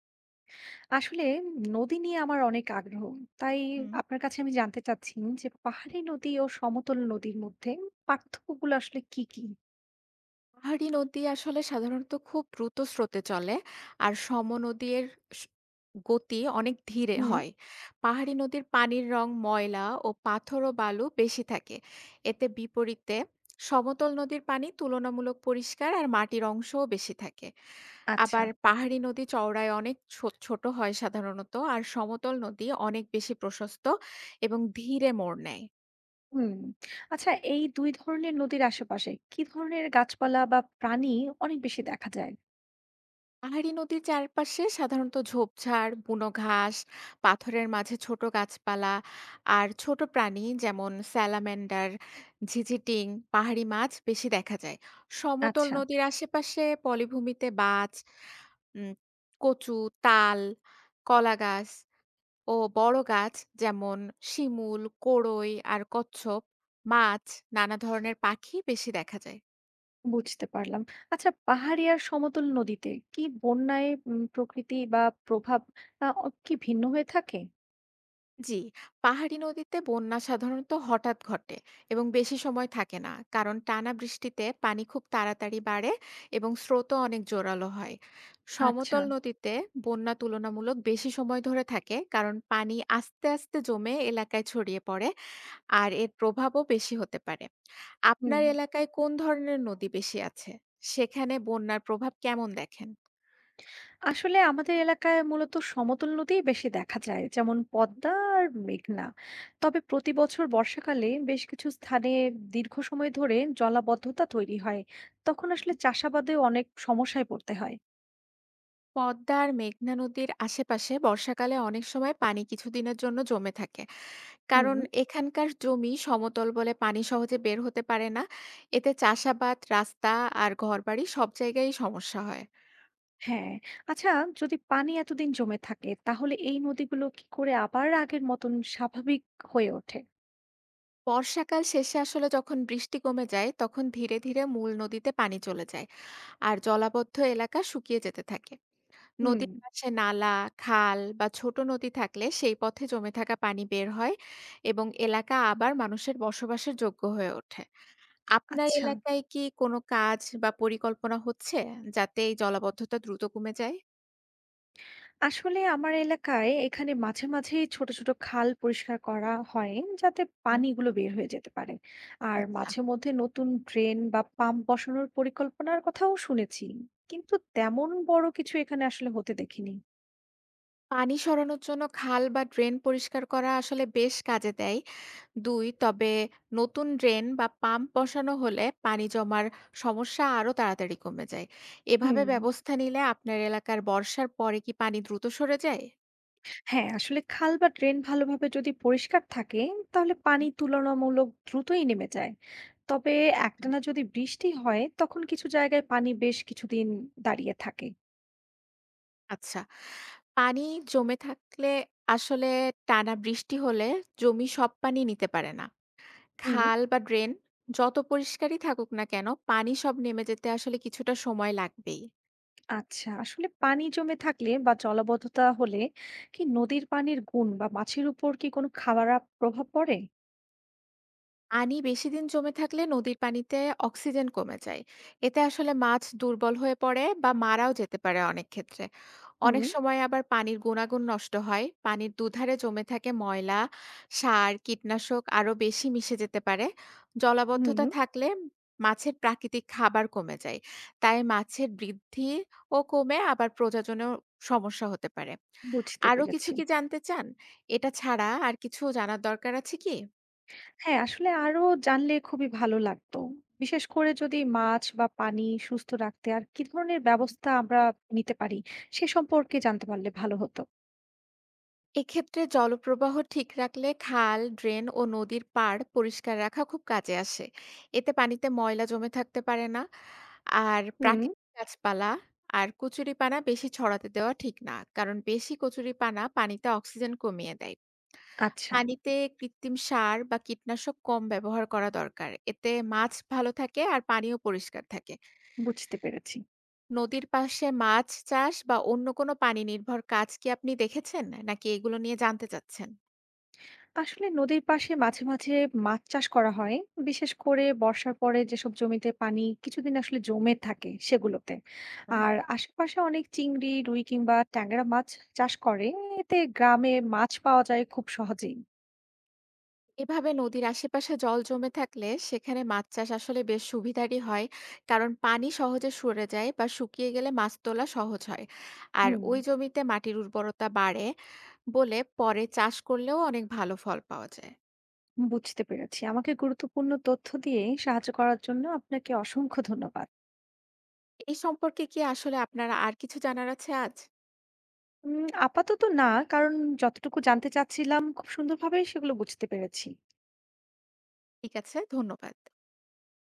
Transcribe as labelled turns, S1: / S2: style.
S1: আসলে নদী নিয়ে আমার অনেক আগ্রহ। তাই
S2: হুম।
S1: আপনার কাছে আমি জানতে চাচ্ছি যে পাহাড়ি নদী ও সমতল নদীর মধ্যে পার্থক্যগুলো আসলে কি?
S2: পাহাড়ি নদী আসলে সাধারণত খুব দ্রুত স্রোতে চলে, আর সমনদীর স- গতি অনেক ধীরে
S1: হুম।
S2: হয়। পাহাড়ি নদীর পানির রং ময়লা ও পাথর ও বালু বেশি থাকে। এতে বিপরীতে সমতল নদীর পানি তুলনামূলক পরিষ্কার, আর মাটির অংশও বেশি থাকে।
S1: আচ্ছা,
S2: আবার পাহাড়ি নদী চওড়ায় অনেক ছোট হয় সাধারণত, আর সমতল নদী অনেক বেশি প্রশস্ত এবং ধীরে মোড় নেয়।
S1: হুম। আচ্ছা এই ২ ধরনের নদীর আশেপাশে কি ধরনের গাছপালা বা প্রাণী অনেক বেশি দেখা যায়?
S2: পাহাড়ি নদীর চারপাশে সাধারণত ঝোপঝাড়, বুনো ঘাস, পাথরের মাঝে ছোট গাছপালা আর ছোট প্রাণী যেমন স্যালামেন্ডার, ঝিঝিটিং, পাহাড়ি মাছ বেশি দেখা যায়। সমতল
S1: আচ্ছা,
S2: নদীর আশেপাশে পলিভূমিতে বাজ, উম, কচু, তাল, কলা গাছ ও বড় গাছ যেমন শিমুল, কোড়ই আর কচ্ছপ, মাছ, নানা ধরনের পাখি বেশি দেখা যায়।
S1: বুঝতে পারলাম। আচ্ছা পাহাড়ি আর সমতল নদীতে কি বন্যায় প্রকৃতি বা প্রভাব আ অ কি ভিন্ন হয়ে থাকে?
S2: জি, পাহাড়ি নদীতে বন্যা সাধারণত হঠাৎ ঘটে এবং বেশি সময় থাকে না, কারণ টানা বৃষ্টিতে পানি খুব তাড়াতাড়ি বাড়ে এবং স্রোতও অনেক জোরালো হয়।
S1: আচ্ছা,
S2: সমতল নদীতে বন্যা তুলনামূলক বেশি সময় ধরে থাকে, কারণ পানি আস্তে আস্তে জমে এলাকায় ছড়িয়ে পড়ে আর এর প্রভাবও বেশি হতে পারে।
S1: হুম।
S2: আপনার এলাকায় কোন ধরনের নদী বেশি আছে, সেখানে বন্যার প্রভাব কেমন দেখেন?
S1: আসলে আমাদের এলাকায় মূলত সমতল নদীই বেশি দেখা যায়, যেমন পদ্মা আর মেঘনা। তবে প্রতি বছর বর্ষাকালে বেশ কিছু স্থানে দীর্ঘ সময় ধরে জলাবদ্ধতা তৈরি হয়, তখন আসলে চাষাবাদে অনেক সমস্যায় পড়তে হয়।
S2: পদ্মা আর মেঘনা নদীর আশেপাশে বর্ষাকালে অনেক সময় পানি কিছুদিনের জন্য জমে থাকে,
S1: হুম।
S2: কারণ এখানকার জমি সমতল বলে পানি সহজে বের হতে পারে না। এতে চাষাবাদ, রাস্তা আর ঘরবাড়ি সব জায়গায়ই সমস্যা হয়।
S1: হ্যাঁ। আচ্ছা, যদি পানি এতদিন জমে থাকে তাহলে এই নদীগুলো কি করে আবার আগের মতন স্বাভাবিক হয়ে ওঠে?
S2: বর্ষাকাল শেষে আসলে যখন বৃষ্টি কমে যায়, তখন ধীরে ধীরে মূল নদীতে পানি চলে যায় আর জলাবদ্ধ এলাকা শুকিয়ে যেতে থাকে।
S1: হুম।
S2: নদীর পাশে নালা, খাল বা ছোট নদী থাকলে সেই পথে জমে থাকা পানি বের হয় এবং এলাকা আবার মানুষের বসবাসের যোগ্য হয়ে ওঠে। আপনার
S1: আচ্ছা।
S2: এলাকায় কি কোনো কাজ বা পরিকল্পনা হচ্ছে, যাতে এই জলাবদ্ধতা দ্রুত কমে যায়?
S1: আসলে আমার এলাকায় এখানে মাঝে মাঝেই ছোট ছোট খাল পরিষ্কার করা হয় যাতে
S2: হুম,
S1: পানিগুলো বের হয়ে যেতে পারে। আর
S2: আচ্ছা।
S1: মাঝে মধ্যে নতুন ড্রেন বা পাম্প বসানোর পরিকল্পনার কথাও শুনেছি, কিন্তু তেমন বড় কিছু এখানে আসলে হতে দেখিনি।
S2: পানি সরানোর জন্য খাল বা ড্রেন পরিষ্কার করা আসলে বেশ কাজে দেয়। ২ তবে নতুন ড্রেন বা পাম্প বসানো হলে পানি জমার সমস্যা আরো তাড়াতাড়ি কমে যায়। এভাবে
S1: হুম।
S2: ব্যবস্থা নিলে আপনার এলাকার বর্ষার পরে কি পানি দ্রুত সরে যায়?
S1: হ্যাঁ, আসলে খাল বা ড্রেন ভালোভাবে যদি পরিষ্কার থাকে তাহলে পানি
S2: হুম,
S1: তুলনামূলক দ্রুতই নেমে যায়। তবে
S2: হ্যাঁ।
S1: একটানা যদি বৃষ্টি হয় তখন কিছু জায়গায় পানি বেশ কিছুদিন দাঁড়িয়ে থাকে।
S2: আচ্ছা, পানি জমে থাকলে আসলে টানা বৃষ্টি হলে জমি সব পানি নিতে পারে না।
S1: হুম।
S2: খাল বা ড্রেন যত পরিষ্কারই থাকুক না কেন, পানি সব নেমে যেতে আসলে কিছুটা সময় লাগবেই।
S1: আচ্ছা, আসলে পানি জমে থাকলে বা জলাবদ্ধতা হলে কি নদীর পানির গুণ বা মাছের উপর কি কোনো খারাপ প্রভাব পড়ে?
S2: পানি বেশিদিন জমে থাকলে নদীর পানিতে অক্সিজেন কমে যায়। এতে আসলে মাছ দুর্বল হয়ে পড়ে বা মারাও যেতে পারে অনেক ক্ষেত্রে।
S1: হুম।
S2: অনেক সময় আবার পানির গুণাগুণ নষ্ট হয়, পানির দুধারে জমে থাকে ময়লা, সার, কীটনাশক আরো বেশি মিশে যেতে পারে। জলাবদ্ধতা
S1: হুম।
S2: থাকলে মাছের প্রাকৃতিক খাবার কমে যায়, তাই মাছের বৃদ্ধি ও কমে, আবার প্রজননেও সমস্যা হতে পারে।
S1: বুঝতে
S2: আরো কিছু
S1: পেরেছি।
S2: কি জানতে চান? এটা ছাড়া আর কিছু জানার দরকার আছে কি?
S1: হ্যাঁ, আসলে আরো জানলে খুবই ভালো লাগতো। বিশেষ করে যদি মাছ বা পানি সুস্থ রাখতে আর কি ধরনের ব্যবস্থা আমরা নিতে পারি সে সম্পর্কে জানতে পারলে ভালো হতো।
S2: এক্ষেত্রে জলপ্রবাহ ঠিক রাখলে খাল, ড্রেন ও নদীর পাড় পরিষ্কার রাখা খুব কাজে আসে। এতে পানিতে ময়লা জমে থাকতে পারে না। আর
S1: হুম।
S2: প্রাকৃতিক গাছপালা আর কচুরিপানা বেশি ছড়াতে দেওয়া ঠিক না। কারণ বেশি কচুরিপানা পানিতে অক্সিজেন কমিয়ে দেয়।
S1: আচ্ছা,
S2: পানিতে কৃত্রিম সার বা কীটনাশক কম ব্যবহার করা দরকার। এতে মাছ ভালো থাকে আর পানিও পরিষ্কার থাকে।
S1: বুঝতে পেরেছি।
S2: নদীর পাশে মাছ চাষ বা অন্য কোনো পানি নির্ভর কাজ কি আপনি দেখেছেন? নাকি এগুলো নিয়ে জানতে চাচ্ছেন?
S1: আসলে নদীর পাশে মাঝে মাঝে মাছ চাষ করা হয়, বিশেষ করে বর্ষার পরে যেসব জমিতে পানি কিছুদিন আসলে জমে থাকে সেগুলোতে। আর আশেপাশে অনেক চিংড়ি, রুই কিংবা ট্যাংরা মাছ চাষ করে। এতে গ্রামে মাছ পাওয়া যায় খুব সহজেই।
S2: এভাবে নদীর আশেপাশে জল জমে থাকলে সেখানে মাছ চাষ আসলে বেশ সুবিধারই হয়, কারণ পানি সহজে সরে যায় বা শুকিয়ে গেলে মাছ তোলা সহজ হয় আর
S1: হুম।
S2: ওই জমিতে মাটির উর্বরতা বাড়ে বলে পরে চাষ করলেও অনেক ভালো ফল পাওয়া যায়।
S1: বুঝতে পেরেছি। আমাকে গুরুত্বপূর্ণ তথ্য দিয়ে সাহায্য করার জন্য আপনাকে অসংখ্য ধন্যবাদ।
S2: এই সম্পর্কে কি আসলে আপনারা আর কিছু জানার আছে আজ?
S1: আপাতত না, কারণ যতটুকু জানতে চাচ্ছিলাম খুব সুন্দরভাবে সেগুলো বুঝতে পেরেছি।
S2: ঠিক আছে, ধন্যবাদ।